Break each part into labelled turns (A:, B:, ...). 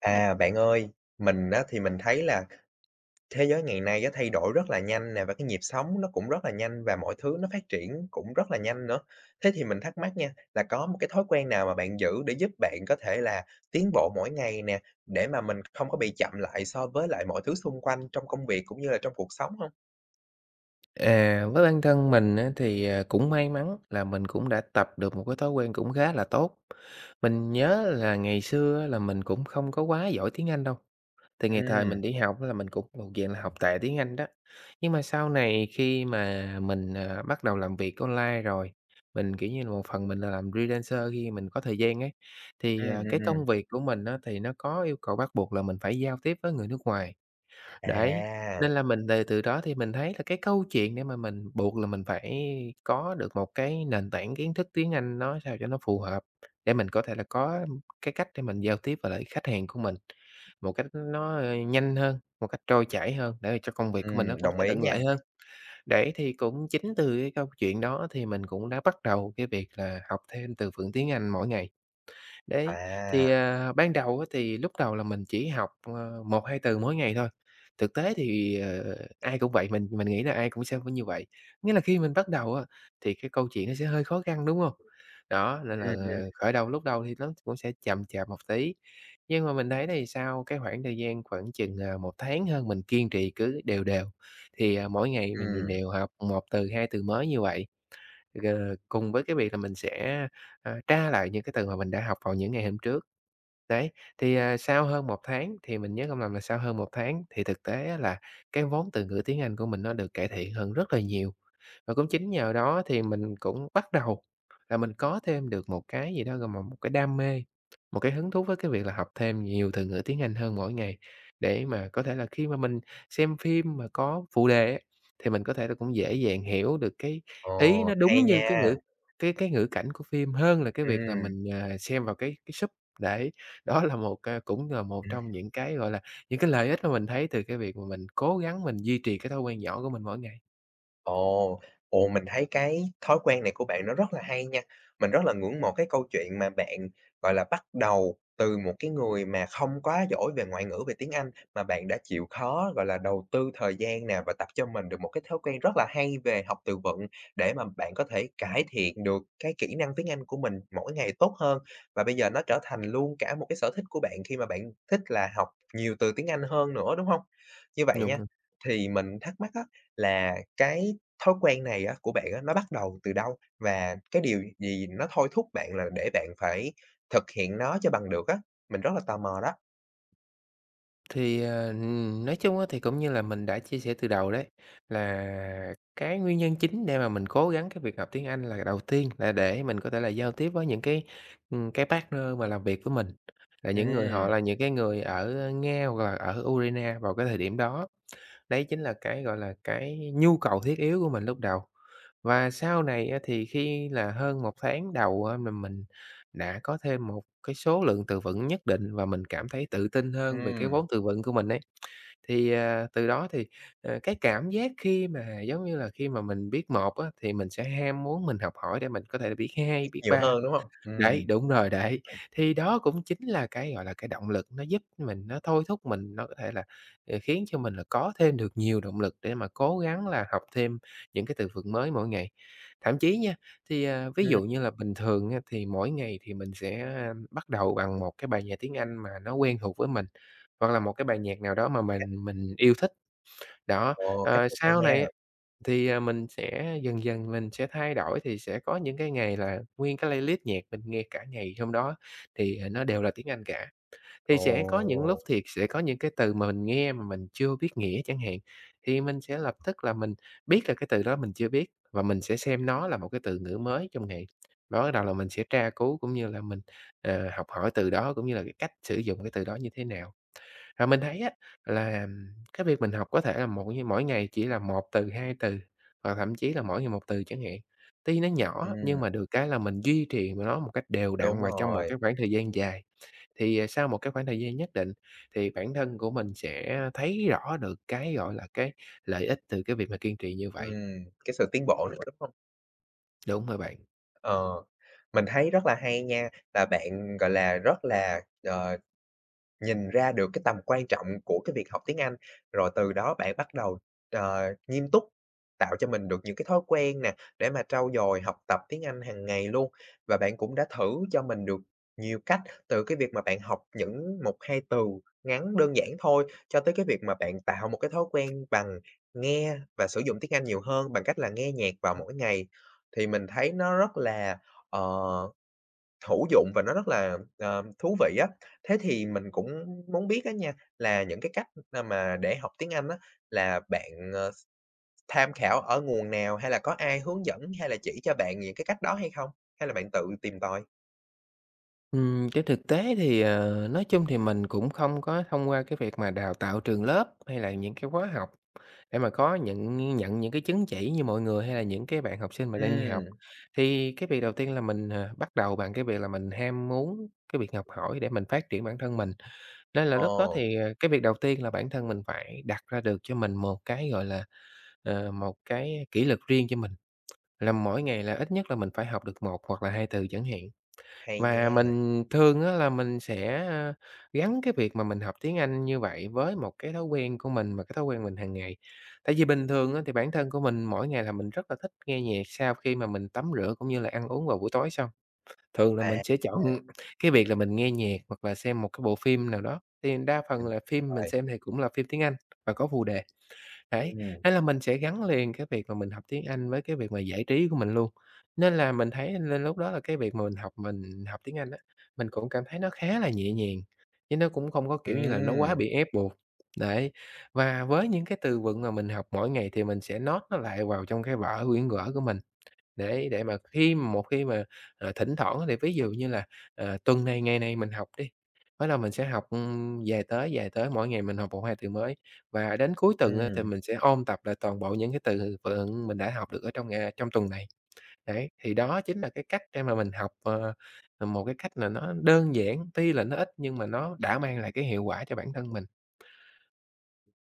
A: À, bạn ơi, mình á, thì mình thấy là thế giới ngày nay á, thay đổi rất là nhanh nè, và cái nhịp sống nó cũng rất là nhanh, và mọi thứ nó phát triển cũng rất là nhanh nữa. Thế thì mình thắc mắc nha, là có một cái thói quen nào mà bạn giữ để giúp bạn có thể là tiến bộ mỗi ngày nè, để mà mình không có bị chậm lại so với lại mọi thứ xung quanh trong công việc cũng như là trong cuộc sống không?
B: À, với bản thân mình á, thì, cũng may mắn là mình cũng đã tập được một cái thói quen cũng khá là tốt. Mình nhớ là ngày xưa á, là mình cũng không có quá giỏi tiếng Anh đâu, thì ngày thời
A: Ừm,
B: mình đi học á, là mình cũng thuộc dạng là học tệ tiếng Anh đó. Nhưng mà sau này khi mà mình, bắt đầu làm việc online rồi, mình, kiểu như là, một phần mình là làm freelancer khi mình có thời gian ấy, thì,
A: ừm, ừm,
B: cái
A: ừm.
B: công việc của mình á, thì nó có yêu cầu bắt buộc là mình phải giao tiếp với người nước ngoài. Đấy,
A: À,
B: nên là mình từ từ đó thì mình thấy là cái câu chuyện để mà mình buộc là mình phải có được một cái nền tảng kiến thức tiếng Anh nó sao cho nó phù hợp, để mình có thể là có cái cách để mình giao tiếp với lại khách hàng của mình một cách nó, nhanh hơn, một cách trôi chảy hơn để cho công việc của mình nó cũng
A: đồng
B: sẽ
A: ý
B: thuận
A: nha.
B: lợi hơn. Đấy, thì cũng chính từ cái câu chuyện đó thì mình cũng đã bắt đầu cái việc là học thêm từ vựng tiếng Anh mỗi ngày. Đấy,
A: À,
B: thì, ban đầu á thì lúc đầu là mình chỉ học, 1, 2 từ mỗi ngày thôi. Thực tế thì, ai cũng vậy, mình nghĩ là ai cũng sẽ phải như vậy. Nghĩa là khi mình bắt đầu á, thì cái câu chuyện nó sẽ hơi khó khăn, đúng không? Đó, nên là,
A: ừm, ừm,
B: khởi đầu lúc đầu thì nó cũng sẽ chậm chạp một tí. Nhưng mà mình thấy thì sau cái khoảng thời gian khoảng chừng, 1 tháng hơn mình kiên trì cứ đều đều, thì, mỗi ngày mình
A: ừm.
B: đều học một từ, 2 từ mới như vậy. Cùng với cái việc là mình sẽ, tra lại những cái từ mà mình đã học vào những ngày hôm trước. Đấy, thì, sau hơn một tháng thì mình nhớ không lầm là sau hơn một tháng thì thực tế á là cái vốn từ ngữ tiếng Anh của mình nó được cải thiện hơn rất là nhiều. Và cũng chính nhờ đó thì mình cũng bắt đầu là mình có thêm được một cái gì đó, gọi là một cái đam mê, một cái hứng thú với cái việc là học thêm nhiều từ ngữ tiếng Anh hơn mỗi ngày, để mà có thể là khi mà mình xem phim mà có phụ đề á, thì mình có thể là cũng dễ dàng hiểu được cái ý
A: Ồ,
B: nó đúng
A: hay
B: như cái
A: nha.
B: ngữ cái cái ngữ cảnh của phim hơn là cái việc là
A: Ừm.
B: mình, xem vào cái sub. Đấy, đó là một, cũng là một trong những cái, gọi là, những cái lợi ích mà mình thấy từ cái việc mà mình cố gắng mình duy trì cái thói quen nhỏ của mình mỗi ngày.
A: Ồ, ồ, mình thấy cái thói quen này của bạn nó rất là hay nha. Mình rất là ngưỡng mộ cái câu chuyện mà bạn, gọi là, bắt đầu từ một cái người mà không quá giỏi về ngoại ngữ, về tiếng Anh, mà bạn đã chịu khó, gọi là, đầu tư thời gian nè và tập cho mình được một cái thói quen rất là hay về học từ vựng để mà bạn có thể cải thiện được cái kỹ năng tiếng Anh của mình mỗi ngày tốt hơn. Và bây giờ nó trở thành luôn cả một cái sở thích của bạn khi mà bạn thích là học nhiều từ tiếng Anh hơn nữa, đúng không? Như vậy nha,
B: Đúng.
A: thì mình thắc mắc á là cái thói quen này á của bạn á, nó bắt đầu từ đâu? Và cái điều gì nó thôi thúc bạn là để bạn phải thực hiện nó cho bằng được á? Mình rất là tò mò đó.
B: Thì, nói chung á thì cũng như là mình đã chia sẻ từ đầu đấy, là cái nguyên nhân chính để mà mình cố gắng cái việc học tiếng Anh là đầu tiên là để mình có thể là giao tiếp với những cái partner mà làm việc với mình, là những người họ
A: Ừm,
B: là những cái người ở Nga hoặc là ở Ukraine vào cái thời điểm đó. Đấy chính là cái, gọi là, cái nhu cầu thiết yếu của mình lúc đầu. Và sau này á thì khi là hơn một tháng đầu á là mình đã có thêm một cái số lượng từ vựng nhất định và mình cảm thấy tự tin hơn về cái
A: ừm,
B: vốn từ vựng của mình ấy. Thì, từ đó thì, cái cảm giác khi mà, giống như là, khi mà mình biết một á, thì mình sẽ ham muốn mình học hỏi để mình có thể biết 2
A: biết
B: biết
A: nhiều
B: ba.
A: hơn, đúng không?
B: Đấy, đúng rồi đấy. Thì đó cũng chính là cái, gọi là, cái động lực nó giúp mình, nó thôi thúc mình, nó có thể là, khiến cho mình là có thêm được nhiều động lực để mà cố gắng là học thêm những cái từ vựng mới mỗi ngày. Thậm chí nha, thì, ví
A: Ừm,
B: dụ như là bình thường á, thì mỗi ngày thì mình sẽ, bắt đầu bằng một cái bài nhạc tiếng Anh mà nó quen thuộc với mình, hoặc là một cái bài nhạc nào đó mà
A: cách,
B: mình yêu thích. Đó,
A: ồ, cách này hay
B: sau
A: nha.
B: này thì, mình sẽ dần dần mình sẽ thay đổi, thì sẽ có những cái ngày là nguyên cái playlist nhạc mình nghe cả ngày hôm đó thì, nó đều là tiếng Anh cả. Thì
A: Ồ,
B: sẽ có những lúc thì sẽ có những cái từ mà mình nghe mà mình chưa biết nghĩa chẳng hạn, thì mình sẽ lập tức là mình biết là cái từ đó mình chưa biết và mình sẽ xem nó là một cái từ ngữ mới trong ngày. Và bắt đầu là mình sẽ tra cứu cũng như là mình, học hỏi từ đó cũng như là cái cách sử dụng cái từ đó như thế nào. Và mình thấy á là cái việc mình học có thể là mỗi mỗi ngày chỉ là một từ, 2 từ, hoặc thậm chí là mỗi ngày một từ chẳng hạn. Tuy nó nhỏ nhưng
A: ừm,
B: mà được cái là mình duy trì nó một cách đều đặn
A: đúng
B: và trong một
A: rồi,
B: cái khoảng thời gian dài, thì, sau một cái khoảng thời gian nhất định thì bản thân của mình sẽ thấy rõ được cái, gọi là, cái lợi ích từ cái việc mà kiên trì như vậy.
A: cái sự tiến bộ nữa, đúng không?
B: Đúng rồi bạn.
A: Ờ, mình thấy rất là hay nha, là bạn, gọi là, rất là, nhìn ra được cái tầm quan trọng của cái việc học tiếng Anh, rồi từ đó bạn bắt đầu, nghiêm túc tạo cho mình được những cái thói quen nè, để mà trau dồi học tập tiếng Anh hàng ngày luôn. Và bạn cũng đã thử cho mình được nhiều cách, từ cái việc mà bạn học những một 2 từ ngắn đơn giản thôi, cho tới cái việc mà bạn tạo một cái thói quen bằng nghe và sử dụng tiếng Anh nhiều hơn bằng cách là nghe nhạc vào mỗi ngày. Thì mình thấy nó rất là, ờ hữu dụng và nó rất là, thú vị á. Thế thì mình cũng muốn biết á nha, là những cái cách, mà để học tiếng Anh á, là bạn, tham khảo ở nguồn nào, hay là có ai hướng dẫn, hay là chỉ cho bạn những cái cách đó hay không? Hay là bạn tự tìm tòi?
B: Trên thực tế thì, nói chung thì mình cũng không có thông qua cái việc mà đào tạo trường lớp hay là những cái khóa học để mà có nhận nhận những cái chứng chỉ như mọi người hay là những cái bạn học sinh mà đang đi học,
A: Ừm,
B: thì cái việc đầu tiên là mình, bắt đầu bằng cái việc là mình ham muốn cái việc học hỏi để mình phát triển bản thân mình. Nên là
A: ồ,
B: lúc đó thì, cái việc đầu tiên là bản thân mình phải đặt ra được cho mình một cái, gọi là, một cái kỷ luật riêng cho mình, là mỗi ngày là ít nhất là mình phải học được một hoặc là 2 từ chẳng hạn.
A: hay
B: Và
A: nha.
B: mình thường á là mình sẽ, gắn cái việc mà mình học tiếng Anh như vậy với một cái thói quen của mình, mà cái thói quen mình hàng ngày. Tại vì bình thường á thì bản thân của mình mỗi ngày là mình rất là thích nghe nhạc sau khi mà mình tắm rửa cũng như là ăn uống vào buổi tối xong. Thường là mình
A: À, à,
B: sẽ chọn cái việc là mình nghe nhạc hoặc là xem một cái bộ phim nào đó, thì đa phần
A: mình
B: là phim mình
A: rồi,
B: xem thì cũng là phim tiếng Anh và có phụ đề. Đấy,
A: ừm,
B: thế là mình sẽ gắn liền cái việc mà mình học tiếng Anh với cái việc mà giải trí của mình luôn. Nên là mình thấy nên lúc đó là cái việc mà mình học tiếng Anh á, mình cũng cảm thấy nó khá là nhẹ nhàng, chứ nó cũng không có, kiểu như là, nó quá
A: ừm,
B: bị ép buộc. Đấy, và với những cái từ vựng mà mình học mỗi ngày thì mình sẽ note nó lại vào trong cái vở quyển vở của mình. Để mà một khi mà, thỉnh thoảng thì ví dụ như là, tuần này ngày này mình học đi, bắt đầu mình sẽ học, về tới dài tới mỗi ngày mình học 1, 2 từ mới và đến cuối tuần á thì
A: ừm.
B: mình sẽ ôn tập lại toàn bộ những cái từ vựng mình đã học được ở trong ngày trong tuần này. Đấy, thì đó chính là cái cách để mà mình học, một cái cách là nó đơn giản, tuy là nó ít nhưng mà nó đã mang lại cái hiệu quả cho bản thân mình.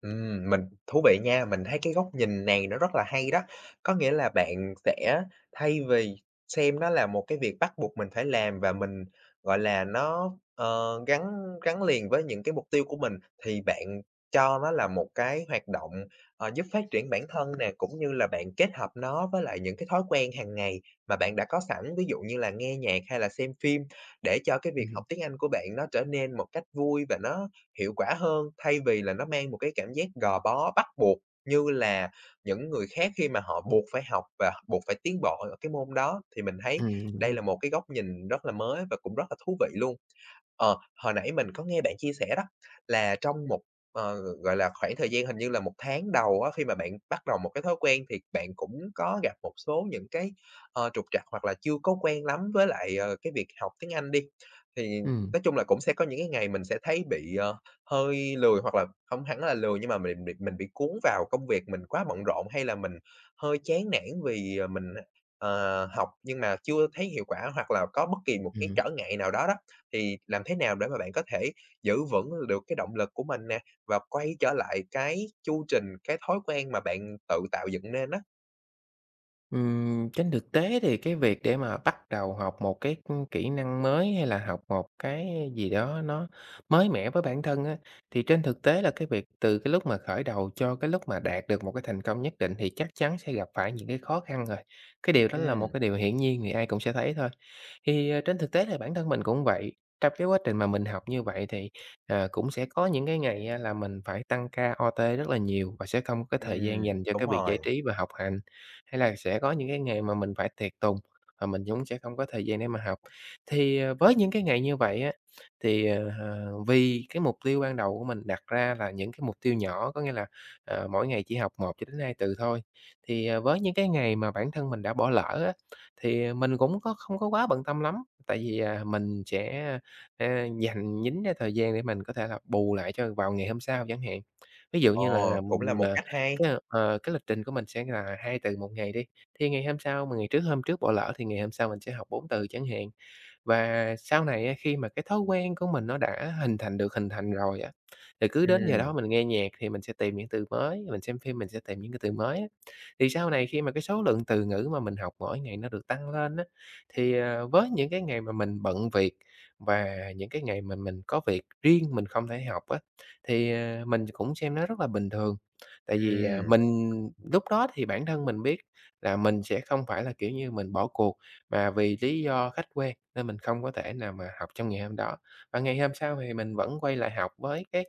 A: Mình thú vị nha, mình thấy cái góc nhìn này nó rất là hay đó. Có nghĩa là bạn sẽ thay vì xem nó là một cái việc bắt buộc mình phải làm và mình, gọi là, nó, gắn gắn liền với những cái mục tiêu của mình, thì bạn cho nó là một cái hoạt động, giúp phát triển bản thân nè, cũng như là bạn kết hợp nó với lại những cái thói quen hàng ngày mà bạn đã có sẵn, ví dụ như là nghe nhạc hay là xem phim, để cho cái việc
B: Ừm,
A: học tiếng Anh của bạn nó trở nên một cách vui và nó hiệu quả hơn, thay vì là nó mang một cái cảm giác gò bó, bắt buộc như là những người khác khi mà họ buộc phải học và buộc phải tiến bộ ở cái môn đó. Thì mình thấy
B: đúng
A: đây
B: rồi.
A: là một cái góc nhìn rất là mới và cũng rất là thú vị luôn. Ờ, hồi nãy mình có nghe bạn chia sẻ đó là trong một, ờ, gọi là, khoảng thời gian hình như là một tháng đầu á, khi mà bạn bắt đầu một cái thói quen thì bạn cũng có gặp một số những cái, trục trặc hoặc là chưa có quen lắm với lại, cái việc học tiếng Anh đi. Thì
B: Ừm.
A: nói chung là cũng sẽ có những cái ngày mình sẽ thấy bị, hơi lười hoặc là không hẳn là lười nhưng mà mình bị cuốn vào công việc, mình quá bận rộn hay là mình hơi chán nản vì, mình, học nhưng mà chưa thấy hiệu quả hoặc là có bất kỳ một cái
B: Ừm.
A: trở ngại nào đó đó, thì làm thế nào để mà bạn có thể giữ vững được cái động lực của mình nè, và quay trở lại cái chu trình, cái thói quen mà bạn tự tạo dựng nên đó?
B: Trên thực tế thì cái việc để mà bắt đầu học một cái, kỹ năng mới hay là học một cái gì đó nó mới mẻ với bản thân á, thì trên thực tế là cái việc từ cái lúc mà khởi đầu cho cái lúc mà đạt được một cái thành công nhất định thì chắc chắn sẽ gặp phải những cái khó khăn rồi. Cái điều đó là một
A: Ừm,
B: cái điều hiển nhiên thì ai cũng sẽ thấy thôi. Thì, trên thực tế là bản thân mình cũng vậy, trong cái quá trình mà mình học như vậy thì, cũng sẽ có những cái ngày á là mình phải tăng ca OT rất là nhiều và sẽ không có cái thời gian
A: ừm,
B: dành cho cái
A: đúng
B: việc giải
A: rồi,
B: trí và học hành, hay là sẽ có những cái ngày mà mình phải tiệc tùng và mình cũng sẽ không có thời gian để mà học. Thì, với những cái ngày như vậy á, thì, vì cái mục tiêu ban đầu của mình đặt ra là những cái mục tiêu nhỏ, có nghĩa là, mỗi ngày chỉ học một cho đến 2 từ thôi, thì, với những cái ngày mà bản thân mình đã bỏ lỡ á, thì mình cũng không có quá bận tâm lắm, tại vì, mình sẽ, a, dành nhín ra thời gian để mình có thể là bù lại cho vào ngày hôm sau chẳng hạn. Ví dụ
A: ờ,
B: như là,
A: cũng là một cách hay.
B: cái lịch trình của mình sẽ là 2 từ một ngày đi, thì ngày hôm sau mà ngày trước hôm trước bỏ lỡ thì ngày hôm sau mình sẽ học 4 từ chẳng hạn. Và sau này á, khi mà cái thói quen của mình nó đã hình thành được hình thành rồi á, thì cứ đến giờ
A: Ừm,
B: đó mình nghe nhạc thì mình sẽ tìm những từ mới, mình xem phim mình sẽ tìm những cái từ mới á. Thì sau này khi mà cái số lượng từ ngữ mà mình học mỗi ngày nó được tăng lên á, thì, với những cái ngày mà mình bận việc và những cái ngày mà mình có việc riêng mình không thể học á, thì, mình cũng xem nó rất là bình thường. Tại vì,
A: ừm.
B: mình lúc đó thì bản thân mình biết là mình sẽ không phải là, kiểu như, mình bỏ cuộc. Và vì lý do khách quan nên mình không có thể nào mà học trong ngày hôm đó, và ngày hôm sau thì mình vẫn quay lại học với cái,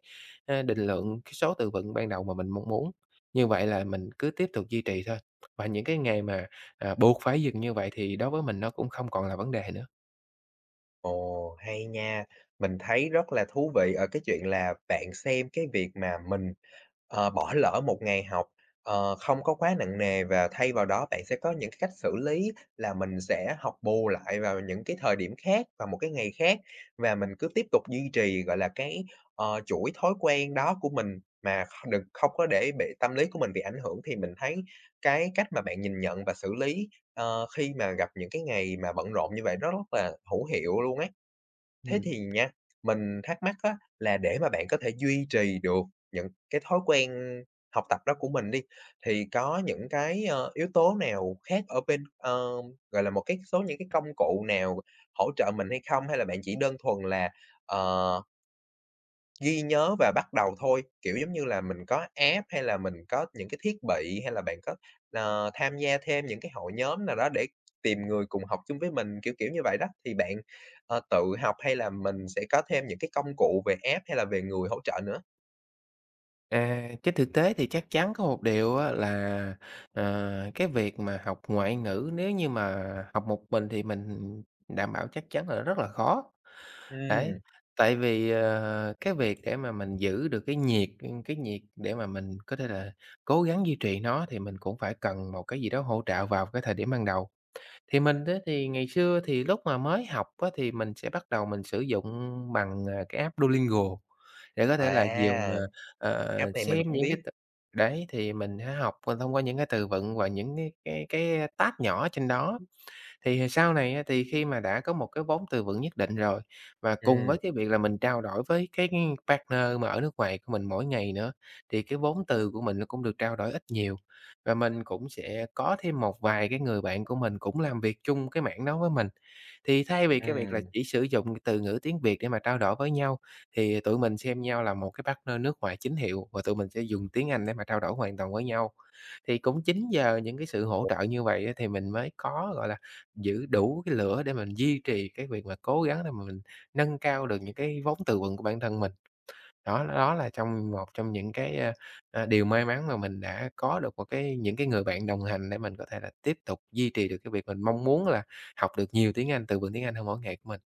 B: định lượng, cái số từ vựng ban đầu mà mình mong muốn. Như vậy là mình cứ tiếp tục duy trì thôi, và những cái ngày mà, buộc phải dừng như vậy thì đối với mình nó cũng không còn là vấn đề nữa.
A: Ồ, hay nha. Mình thấy rất là thú vị ở cái chuyện là bạn xem cái việc mà mình, bỏ lỡ một ngày học, không có quá nặng nề và thay vào đó bạn sẽ có những cái cách xử lý là mình sẽ học bù lại vào những cái thời điểm khác, vào một cái ngày khác, và mình cứ tiếp tục duy trì, gọi là, cái, chuỗi thói quen đó của mình mà kh đừng không có để bị tâm lý của mình bị ảnh hưởng thì mình thấy cái cách mà bạn nhìn nhận và xử lý, ờ, khi mà gặp những cái ngày mà bận rộn như vậy nó rất là hữu hiệu luôn ấy. Thế
B: Ừm.
A: thì nha, mình thắc mắc á, là để mà bạn có thể duy trì được những cái thói quen học tập đó của mình đi, thì có những cái, yếu tố nào khác ở bên ờ, gọi là, một cái số những cái công cụ nào hỗ trợ mình hay không? Hay là bạn chỉ đơn thuần là, ờ ghi nhớ và bắt đầu thôi, kiểu, giống như là, mình có app hay là mình có những cái thiết bị, hay là bạn có, tham gia thêm những cái hội nhóm nào đó để tìm người cùng học chung với mình, kiểu, kiểu như vậy đó. Thì bạn, tự học hay là mình sẽ có thêm những cái công cụ về app hay là về người hỗ trợ nữa?
B: À, trên thực tế thì chắc chắn có một điều á là, cái việc mà học ngoại ngữ nếu như mà học một mình thì mình đảm bảo chắc chắn là rất là khó. Đấy,
A: Ừm,
B: tại vì, cái việc để mà mình giữ được cái nhiệt để mà mình có thể là cố gắng duy trì nó thì mình cũng phải cần một cái gì đó hỗ trợ vào cái thời điểm ban đầu. Thì mình á thì ngày xưa thì lúc mà mới học á thì mình sẽ bắt đầu mình sử dụng bằng, cái app Duolingo để có thể là dùng,
A: à, app này mình
B: xem
A: cũng
B: những cái
A: biết.
B: t đấy, thì mình sẽ học thông qua những cái từ vựng và những cái tag nhỏ trên đó. Thì à, sau này á, thì khi mà đã có một cái vốn từ vựng nhất định rồi, và cùng
A: Ừm,
B: với cái việc là mình trao đổi với cái partner mà ở nước ngoài của mình mỗi ngày nữa, thì cái vốn từ của mình nó cũng được trao đổi ít nhiều. Và mình cũng sẽ có thêm một vài cái người bạn của mình cũng làm việc chung cái mảng đó với mình. Thì thay vì cái việc là
A: ừm.
B: chỉ sử dụng cái từ ngữ tiếng Việt để mà trao đổi với nhau, thì tụi mình xem nhau là một cái partner nước ngoài chính hiệu và tụi mình sẽ dùng tiếng Anh để mà trao đổi hoàn toàn với nhau. Thì cũng chính nhờ những cái sự hỗ trợ như vậy á, thì mình mới có, gọi là, giữ đủ cái lửa để mình duy trì cái việc mà cố gắng để mà mình nâng cao được những cái vốn từ vựng của bản thân mình. Đó, đó là trong một trong những cái, điều may mắn mà mình đã có được một cái những cái người bạn đồng hành để mình có thể là tiếp tục duy trì được cái việc mình mong muốn là học được nhiều tiếng Anh, từ vựng tiếng Anh hơn mỗi ngày của mình.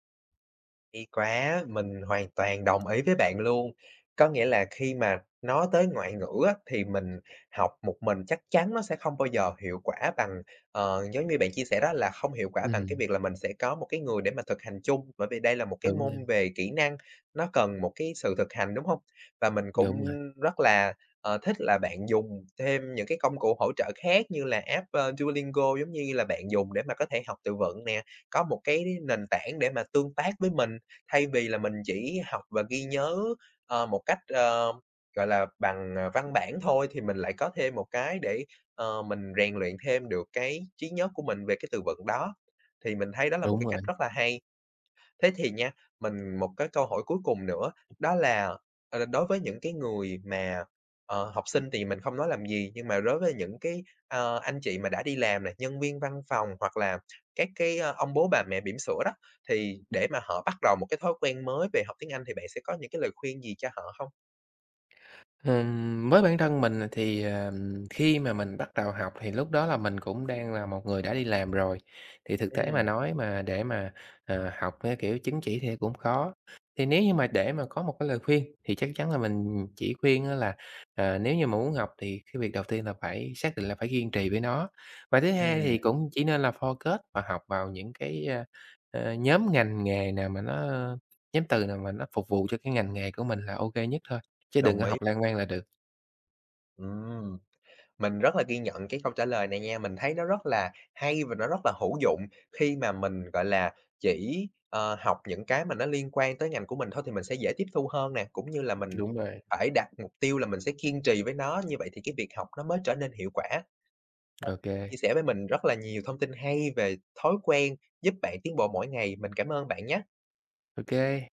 A: Hay quá, mình hoàn toàn đồng ý với bạn luôn. Có nghĩa là khi mà nói tới ngoại ngữ á, thì mình học một mình chắc chắn nó sẽ không bao giờ hiệu quả bằng, giống như bạn chia sẻ đó là không hiệu quả bằng cái
B: Ừm,
A: việc là mình sẽ có một cái người để mà thực hành chung, bởi vì đây là một cái
B: đúng rồi,
A: môn về kỹ năng, nó cần một cái sự thực hành, đúng không? Và mình cũng
B: đúng rồi,
A: rất là, thích là bạn dùng thêm những cái công cụ hỗ trợ khác như là app, ơ, Duolingo giống như là bạn dùng để mà có thể học từ vựng nè, có một cái nền tảng để mà tương tác với mình. Thay vì là mình chỉ học và ghi nhớ, một cách, gọi là, bằng, văn bản thôi thì mình lại có thêm một cái để, mình rèn luyện thêm được cái trí nhớ của mình về cái từ vựng đó. Thì mình thấy đó là một
B: đúng
A: cái
B: rồi.
A: cách rất là hay. Thế thì nha, mình một cái câu hỏi cuối cùng nữa, đó là, đối với những cái người mà, học sinh thì mình không nói làm gì, nhưng mà đối với những cái, anh chị mà đã đi làm này, nhân viên văn phòng hoặc là các cái, ơ, ông bố bà mẹ bỉm sữa đó, thì để mà họ bắt đầu một cái thói quen mới về học tiếng Anh thì bạn sẽ có những cái lời khuyên gì cho họ không?
B: Với bản thân mình thì, khi mà mình bắt đầu học thì lúc đó là mình cũng đang là một người đã đi làm rồi, thì thực tế mà
A: Ừm,
B: nói mà để mà, học theo kiểu chứng chỉ thì cũng khó. Thì nếu như mà để mà có một cái lời khuyên thì chắc chắn là mình chỉ khuyên á là, nếu như mà muốn học thì cái việc đầu tiên là phải xác định là phải kiên trì với nó. Và thứ hai thì
A: ừm,
B: cũng chỉ nên là focus và học vào những cái, nhóm ngành nghề nào mà nó nhóm từ nào mà nó phục vụ cho cái ngành nghề của mình là ok nhất thôi. Chứ đừng
A: đồng
B: có
A: ý,
B: học lan man là được.
A: ừm. Mình rất là ghi nhận cái câu trả lời này nha, mình thấy nó rất là hay và nó rất là hữu dụng khi mà mình, gọi là, chỉ, học những cái mà nó liên quan tới ngành của mình thôi thì mình sẽ dễ tiếp thu hơn nè, cũng như là mình
B: Đúng rồi.
A: phải đặt mục tiêu là mình sẽ kiên trì với nó, như vậy thì cái việc học nó mới trở nên hiệu quả.
B: Ok,
A: Bạn chia
B: ok.
A: sẻ với mình rất là nhiều thông tin hay về thói quen giúp bạn tiến bộ mỗi ngày, mình cảm ơn bạn nhé.
B: Bye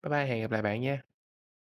B: bye, hẹn gặp lại bạn nha.